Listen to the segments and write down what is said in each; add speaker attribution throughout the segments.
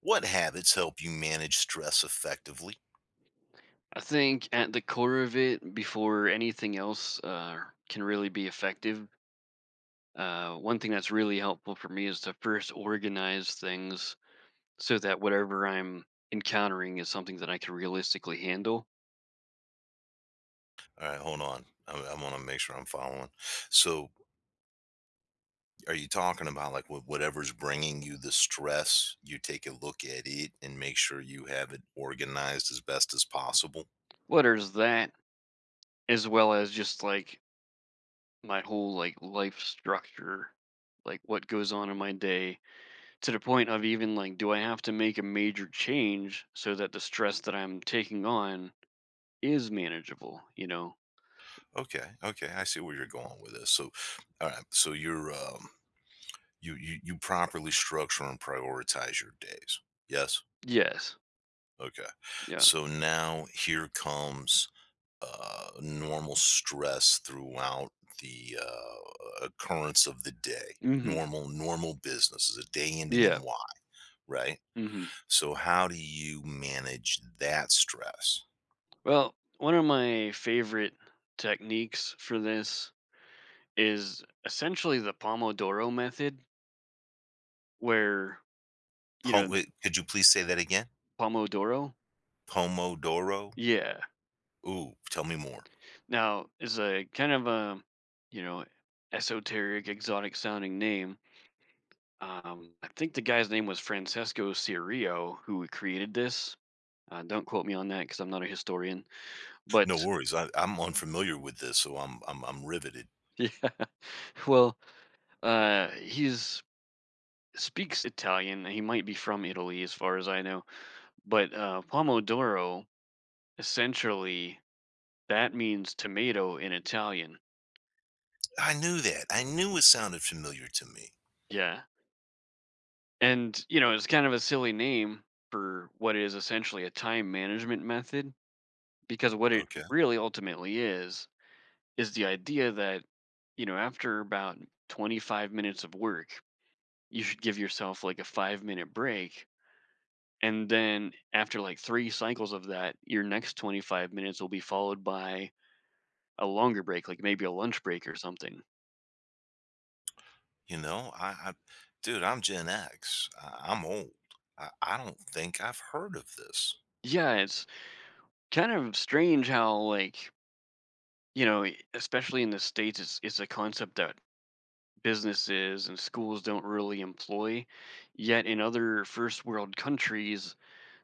Speaker 1: What habits help you manage stress effectively?
Speaker 2: I think at the core of it, before anything else can really be effective, one thing that's really helpful for me is to first organize things so that whatever I'm encountering is something that I can realistically handle.
Speaker 1: All right, hold on. I want to make sure I'm following. So, are you talking about like whatever's bringing you the stress? You take a look at it and make sure you have it organized as best as possible.
Speaker 2: Whether it's that, as well as just like my whole like life structure, like what goes on in my day, to the point of even like, do I have to make a major change so that the stress that I'm taking on is manageable? You know?
Speaker 1: Okay, okay, I see where you're going with this. So, all right, so you're you properly structure and prioritize your days. Yes.
Speaker 2: Yes.
Speaker 1: Okay.
Speaker 2: Yeah.
Speaker 1: So now here comes normal stress throughout the occurrence of the day.
Speaker 2: Mhm.
Speaker 1: Normal business is a day ending in
Speaker 2: Yeah.
Speaker 1: Y, right?
Speaker 2: Mhm.
Speaker 1: So, how do you manage that stress?
Speaker 2: Well, one of my favorite techniques for this is essentially the Pomodoro method, where you know
Speaker 1: Wait, could you please say that again?
Speaker 2: Pomodoro.
Speaker 1: Pomodoro.
Speaker 2: Yeah.
Speaker 1: Ooh, tell me more.
Speaker 2: Now is a kind of a you know esoteric, exotic sounding name. I think the guy's name was Francesco Cirio who created this. Don't quote me on that because I'm not a historian. But
Speaker 1: No worries. I'm unfamiliar with this, so I'm riveted.
Speaker 2: yeah, well, he's speaks Italian. He might be from Italy, as far as I know. But pomodoro, essentially, that means tomato in Italian.
Speaker 1: I knew that. I knew it sounded familiar to me.
Speaker 2: Yeah. And, you know, it's kind of a silly name for what is essentially a time management method because what it
Speaker 1: Okay.
Speaker 2: really ultimately is the idea that, you know, after about 25 minutes of work, you should give yourself like a 5-minute break. And then after like three cycles of that, your next 25 minutes will be followed by a longer break, like maybe a lunch break or something.
Speaker 1: You know, I dude, I'm Gen X. I'm old. I don't think I've heard of this.
Speaker 2: Yeah, it's kind of strange how like, you know, especially in the States, it's a concept that businesses and schools don't really employ. Yet in other first world countries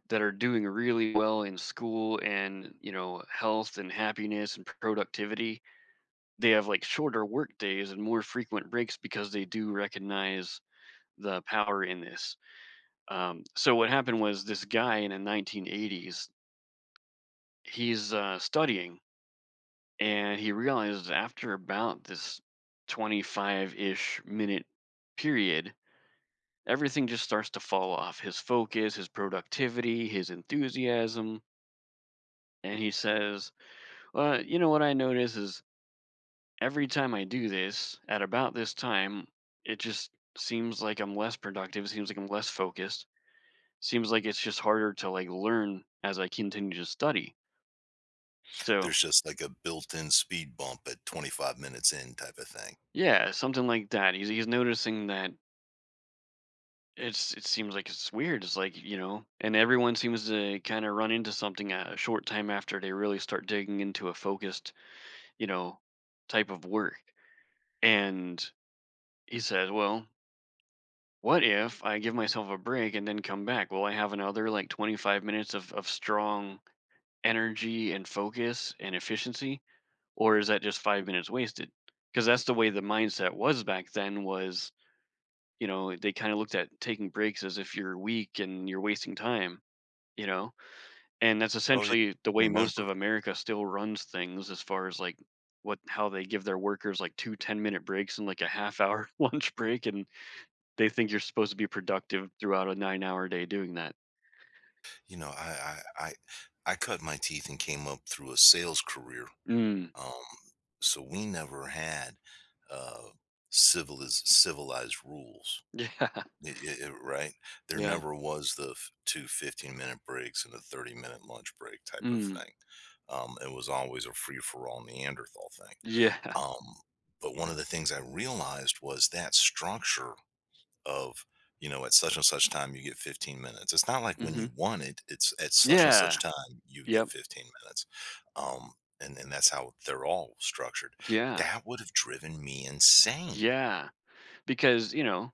Speaker 2: that are doing really well in school and, you know, health and happiness and productivity, they have like shorter work days and more frequent breaks because they do recognize the power in this. So what happened was this guy in the 1980s, he's studying and he realized after about this 25-ish minute period, everything just starts to fall off. His focus, his productivity, his enthusiasm, and he says, "Well, you know what I notice is every time I do this at about this time, it just seems like I'm less productive. It seems like I'm less focused." Seems like it's just harder to like learn as I continue to study.
Speaker 1: There's
Speaker 2: So
Speaker 1: just like a built-in speed bump at 25 minutes in type of thing.
Speaker 2: yeah, something like that. He's noticing that it seems like it's weird. It's like and everyone seems to kind of run into something a short time after they really start digging into a focused you know type of work. And he says, well, what if I give myself a break and then come back? Will I have another like 25 minutes of strong energy and focus and efficiency? Or is that just 5 minutes wasted? Because that's the way the mindset was back then, was they kind of looked at taking breaks as if you're weak and you're wasting time. You know, and that's
Speaker 1: Oh yeah,
Speaker 2: essentially the way most
Speaker 1: remember?
Speaker 2: of America still runs things as far as like what how they give their workers like two 10-minute breaks and like a half hour lunch break and they think you're supposed to be productive throughout a 9-hour day doing that.
Speaker 1: You know, I cut my teeth and came up through a sales career.
Speaker 2: Mm.
Speaker 1: Um, so we never had uh, civilized rules.
Speaker 2: Yeah.
Speaker 1: Y y y right? There
Speaker 2: Yeah.
Speaker 1: never was the f 2 15 minute breaks and a 30-minute lunch break type of
Speaker 2: Mm.
Speaker 1: thing. It was always a free-for-all Neanderthal thing.
Speaker 2: Yeah.
Speaker 1: Um, but one of the things I realized was that structure of, at such and such time, you get 15 minutes. It's not like when
Speaker 2: Hmm.
Speaker 1: you want it, it's at such and
Speaker 2: Yeah.
Speaker 1: such time, you get
Speaker 2: Yep.
Speaker 1: 15 minutes. Um, and that's how they're all structured.
Speaker 2: Yeah,
Speaker 1: That would have driven me insane.
Speaker 2: yeah. Because, you know,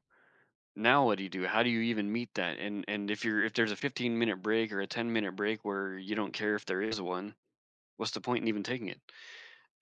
Speaker 2: now what do you do? How do you even meet that? And if there's a 15-minute break or a 10-minute break where you don't care if there is one, what's the point in even taking it?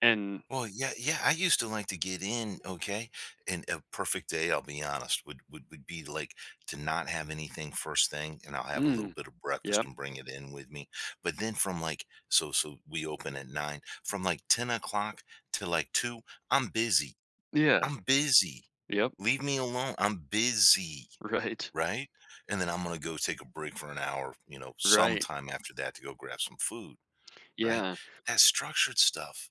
Speaker 2: And
Speaker 1: Well, yeah, yeah. I used to like to get in, okay, and a perfect day. I'll be honest, would be like to not have anything first thing, and I'll have a little
Speaker 2: mm,
Speaker 1: bit of breakfast
Speaker 2: yep.
Speaker 1: and bring it in with me. But then from like so we open at 9, from like 10 o'clock to like 2. I'm busy.
Speaker 2: Yeah.
Speaker 1: I'm busy.
Speaker 2: Yep.
Speaker 1: Leave me alone. I'm busy,
Speaker 2: Right.
Speaker 1: right? And then I'm gonna go take a break for an hour,
Speaker 2: Right.
Speaker 1: sometime after that to go grab some food, right?
Speaker 2: Yeah.
Speaker 1: That structured stuff,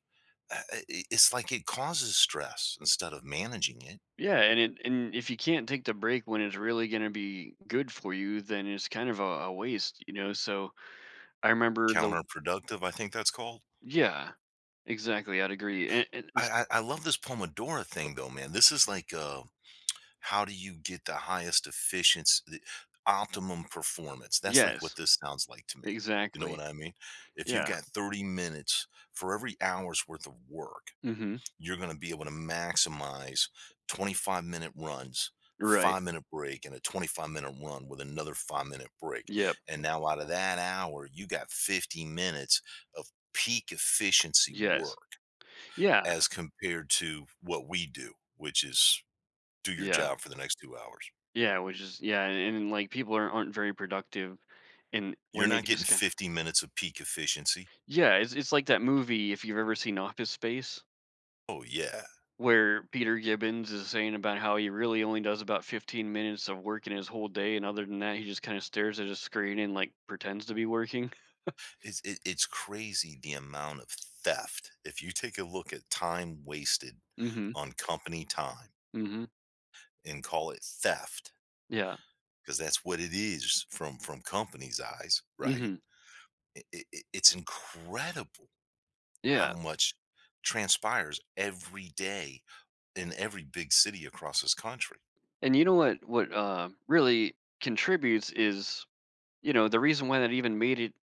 Speaker 1: it's like it causes stress instead of managing it.
Speaker 2: Yeah, and if you can't take the break when it's really going to be good for you, then it's kind of a waste. So I remember the
Speaker 1: Counterproductive, I think that's called.
Speaker 2: Yeah, exactly. I'd agree.
Speaker 1: I love this Pomodoro thing though, man. This is like, how do you get the highest efficiency, the optimum performance? That's like what
Speaker 2: Yes,
Speaker 1: this sounds like to me. You know what
Speaker 2: exactly.
Speaker 1: I mean? If you've
Speaker 2: Yeah.
Speaker 1: got 30 minutes for every hour's worth of work,
Speaker 2: Mhm.
Speaker 1: you're going to be able to maximize 25-minute runs,
Speaker 2: Right.
Speaker 1: 5 minute break, and a 25-minute run with another 5 minute break.
Speaker 2: Yep.
Speaker 1: And now, out of that hour, you got 50 minutes of peak efficiency
Speaker 2: Yes.
Speaker 1: work
Speaker 2: Yeah,
Speaker 1: as compared to what we do, which is do your
Speaker 2: yeah,
Speaker 1: job for the next 2 hours.
Speaker 2: yeah, which is yeah, and, like, people are not aren't very productive and
Speaker 1: You're
Speaker 2: when they
Speaker 1: not getting
Speaker 2: just kind—
Speaker 1: 50 minutes of peak efficiency.
Speaker 2: Yeah, it's like that movie, if you've ever seen Office Space,
Speaker 1: Oh, yeah.
Speaker 2: where Peter Gibbons is saying about how he really only does about 15 minutes of work in his whole day, and other than that, he just kinda stares at his screen and, like, pretends to be working.
Speaker 1: It's crazy the amount of theft. If you take a look at time wasted
Speaker 2: Mhm,
Speaker 1: on company time,
Speaker 2: mhm,
Speaker 1: and call it theft
Speaker 2: yeah,
Speaker 1: because that's what it is from companies' eyes, right?
Speaker 2: mhm,
Speaker 1: It, it's incredible how
Speaker 2: yeah,
Speaker 1: much transpires every day in every big city across this country,
Speaker 2: and you know what, really contributes is, you know, the reason why that even made it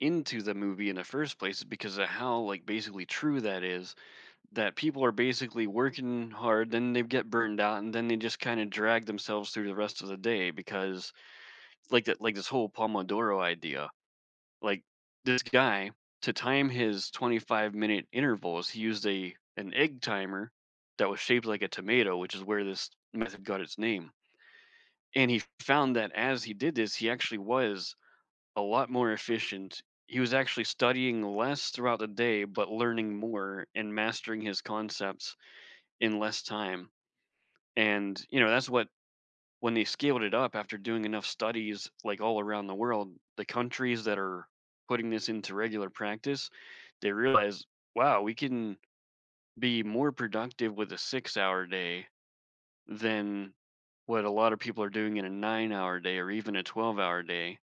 Speaker 2: into the movie in the first place is because of how like basically true that is, that people are basically working hard then they get burned out and then they just kind of drag themselves through the rest of the day because like that, like this whole pomodoro idea, like this guy, to time his 25-minute intervals he used a an egg timer that was shaped like a tomato, which is where this method got its name. And he found that as he did this he actually was a lot more efficient. He was actually studying less throughout the day, but learning more and mastering his concepts in less time. And, you know, that's what, when they scaled it up after doing enough studies, like all around the world, the countries that are putting this into regular practice, they realize, wow, we can be more productive with a 6-hour day than what a lot of people are doing in a 9-hour day or even a 12-hour day,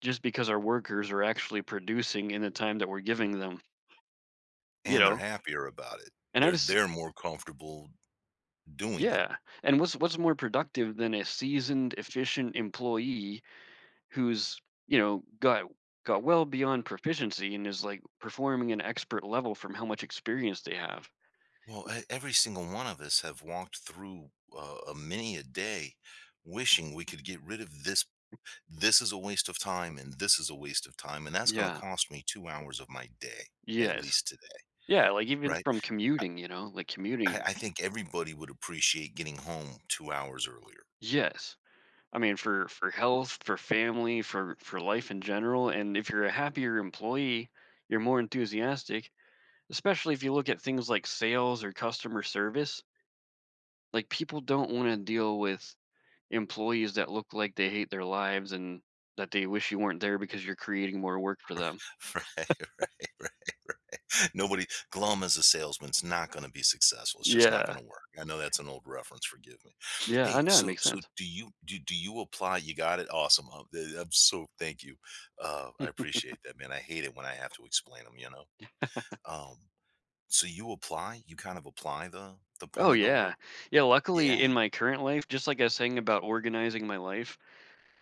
Speaker 2: just because our workers are actually producing in the time that we're giving them, you
Speaker 1: and they're
Speaker 2: know?
Speaker 1: happier about it.
Speaker 2: And I
Speaker 1: They're
Speaker 2: just
Speaker 1: they're more comfortable doing it.
Speaker 2: Yeah, and what's more productive than a seasoned, efficient employee who's, you know, got well beyond proficiency and is like performing an expert level from how much experience they have.
Speaker 1: Well, every single one of us have walked through a many a day wishing we could get rid of this. This is a waste of time, and this is a waste of time, and that's going to
Speaker 2: Yeah.
Speaker 1: cost me 2 hours of my day, at
Speaker 2: Yes.
Speaker 1: least today.
Speaker 2: Yeah, like even
Speaker 1: Right?
Speaker 2: from
Speaker 1: I
Speaker 2: commuting, you know, like commuting.
Speaker 1: I think everybody would appreciate getting home 2 hours earlier.
Speaker 2: Yes. I mean for health, for family, for life in general, and if you're a happier employee, you're more enthusiastic, especially if you look at things like sales or customer service, like people don't want to deal with employees that look like they hate their lives and that they wish you weren't there because you're creating more work for them.
Speaker 1: Right, right, right. Nobody glum as a salesman's not gonna be successful, it's just not
Speaker 2: Yeah,
Speaker 1: gonna work. I know that's an old reference, forgive me.
Speaker 2: yeah, I
Speaker 1: Hey,
Speaker 2: know, it
Speaker 1: so
Speaker 2: makes
Speaker 1: so
Speaker 2: sense.
Speaker 1: do you do do you apply? You got it? Awesome. I'm so thank you. I appreciate that, man. I hate it when I have to explain them. You know? Um, so you apply? You kind of apply the
Speaker 2: Oh
Speaker 1: Pomodoro?
Speaker 2: yeah, yeah,
Speaker 1: Yeah?
Speaker 2: luckily in my current life, just like I was saying about organizing my life,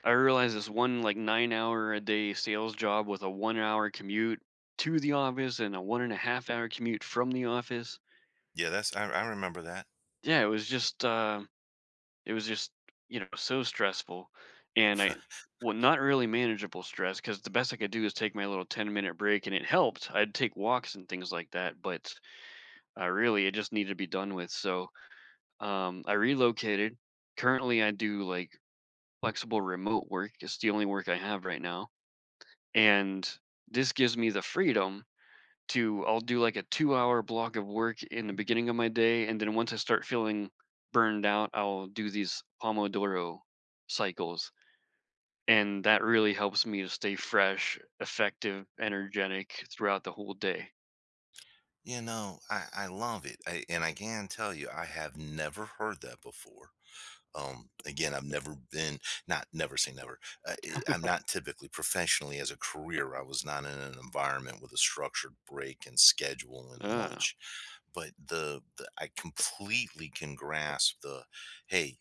Speaker 2: I realized this one like 9-hour a day sales job with a 1-hour commute to the office and a 1.5-hour commute from the office.
Speaker 1: Yeah, that's, I remember that.
Speaker 2: Yeah, it was just, you know, so stressful, and I well, not really manageable stress, because the best I could do is take my little 10-minute break, and it helped. I'd take walks and things like that, but, really, it just needed to be done with, so, I relocated. Currently, I do, like, flexible remote work. It's the only work I have right now, and this gives me the freedom to I'll do like a 2-hour block of work in the beginning of my day, and then once I start feeling burned out, I'll do these Pomodoro cycles, and that really helps me to stay fresh, effective, energetic throughout the whole day.
Speaker 1: You know, I love it. And I can tell you, I have never heard that before. Again, I've never been, not never say never. I'm not typically professionally as a career. I was not in an environment with a structured break and schedule and
Speaker 2: Ah,
Speaker 1: lunch. But the I completely can grasp the, hey,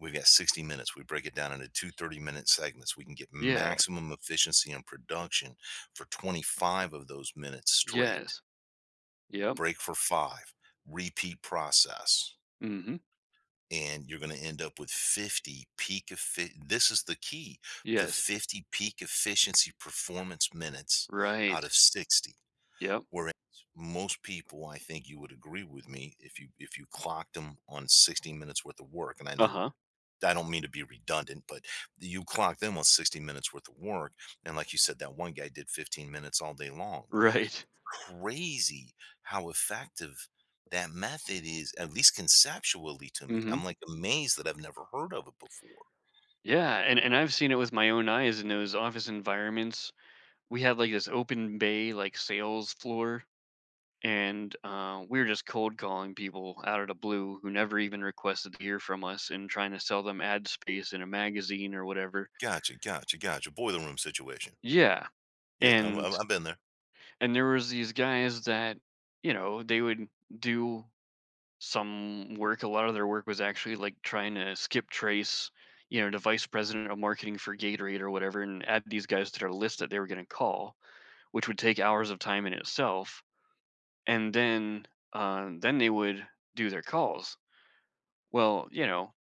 Speaker 1: we've got 60 minutes. We break it down into two 30-minute segments. We can get
Speaker 2: yeah.
Speaker 1: maximum efficiency and production for 25 of those minutes straight,
Speaker 2: Yes. Yep.
Speaker 1: break for five, repeat process.
Speaker 2: Mhm.
Speaker 1: And you're going to end up with 50 peak. This is the key, the
Speaker 2: Yes.
Speaker 1: 50 peak efficiency performance minutes
Speaker 2: Right.
Speaker 1: out of 60.
Speaker 2: Yep.
Speaker 1: Whereas most people, I think you would agree with me, if you clocked them on 60 minutes worth of work, and I know we
Speaker 2: Uh-huh.
Speaker 1: were, I don't mean to be redundant, but you clock them on 60 minutes worth of work. And like you said, that one guy did 15 minutes all day long.
Speaker 2: Right.
Speaker 1: Crazy how effective that method is, at least conceptually to
Speaker 2: Mm.
Speaker 1: me.
Speaker 2: Mhm.
Speaker 1: I'm like amazed that I've never heard of it before.
Speaker 2: Yeah, and I've seen it with my own eyes in those office environments. We had, like, this open bay, like, sales floor and we were just cold calling people out of the blue who never even requested to hear from us and trying to sell them ad space in a magazine or whatever.
Speaker 1: Gotcha, gotcha, gotcha. Boiler room situation.
Speaker 2: Yeah,
Speaker 1: Yeah,
Speaker 2: and
Speaker 1: I've been there.
Speaker 2: and there was these guys that they would do some work. A lot of their work was actually like trying to skip trace, you know, the vice president of marketing for Gatorade or whatever, and add these guys to their list that they were going to call, which would take hours of time in itself. And then they would do their calls. Well, you know,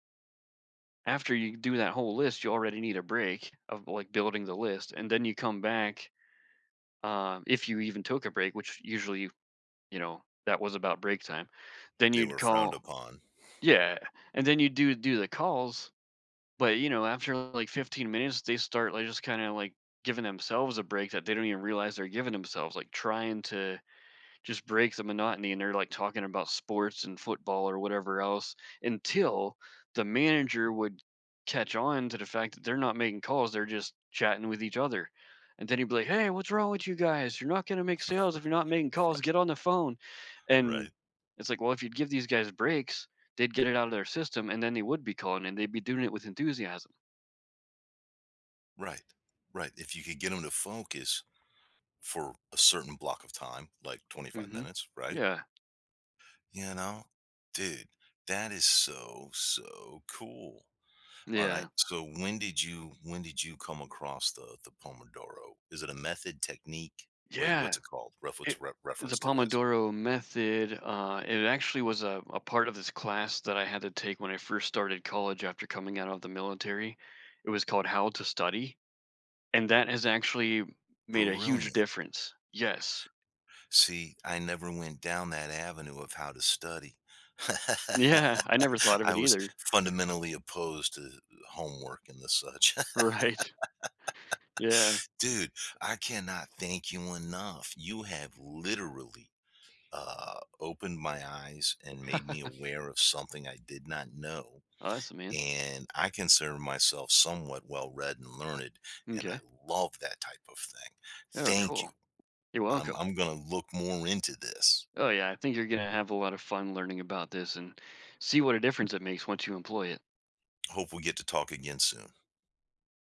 Speaker 2: after you do that whole list, you already need a break of like building the list, and then you come back. If you even took a break, which usually, you know, that was about break time, then
Speaker 1: They
Speaker 2: you'd
Speaker 1: were frowned
Speaker 2: call.
Speaker 1: upon.
Speaker 2: Yeah, and then you do the calls, but you know, after like 15 minutes, they start like just kind of like giving themselves a break that they don't even realize they're giving themselves, like trying to just breaks the monotony, and they're like talking about sports and football or whatever else until the manager would catch on to the fact that they're not making calls, they're just chatting with each other. And then he'd be like, "Hey, what's wrong with you guys? You're not gonna make sales if you're not making
Speaker 1: Right,
Speaker 2: calls, get on the phone." And
Speaker 1: right,
Speaker 2: it's like, well, if you'd give these guys breaks, they'd get it out of their system and then they would be calling and they'd be doing it with enthusiasm.
Speaker 1: right, right. If you could get them to focus for a certain block of time, like 25
Speaker 2: Hmm.
Speaker 1: minutes, right?
Speaker 2: Yeah.
Speaker 1: You know, dude, that is so, so cool. All right.
Speaker 2: Yeah.
Speaker 1: So when did you come across the Pomodoro? Is it a method technique? Wait, what's
Speaker 2: Yeah.
Speaker 1: it called? Rough, what's
Speaker 2: It
Speaker 1: reference
Speaker 2: The
Speaker 1: to as?
Speaker 2: Pomodoro method, it actually was a part of this class that I had to take when I first started college after coming out of the military. It was called How to Study, and that has actually made a huge
Speaker 1: Brilliant.
Speaker 2: difference. Yes.
Speaker 1: See, I never went down that avenue of how to study.
Speaker 2: Yeah, I never thought of
Speaker 1: I
Speaker 2: it
Speaker 1: was
Speaker 2: either.
Speaker 1: fundamentally opposed to homework and the such.
Speaker 2: Right. Yeah.
Speaker 1: Dude, I cannot thank you enough. You have literally opened my eyes and made me aware of something I did not know.
Speaker 2: Awesome, man.
Speaker 1: And I consider myself somewhat well read and learned, and I
Speaker 2: Okay.
Speaker 1: love that type of thing.
Speaker 2: Oh,
Speaker 1: Thank you.
Speaker 2: cool. You're welcome.
Speaker 1: I'm going to look more into this.
Speaker 2: Oh, yeah. I think you're going to have a lot of fun learning about this and see what a difference it makes once you employ it.
Speaker 1: Hope we get to talk again soon.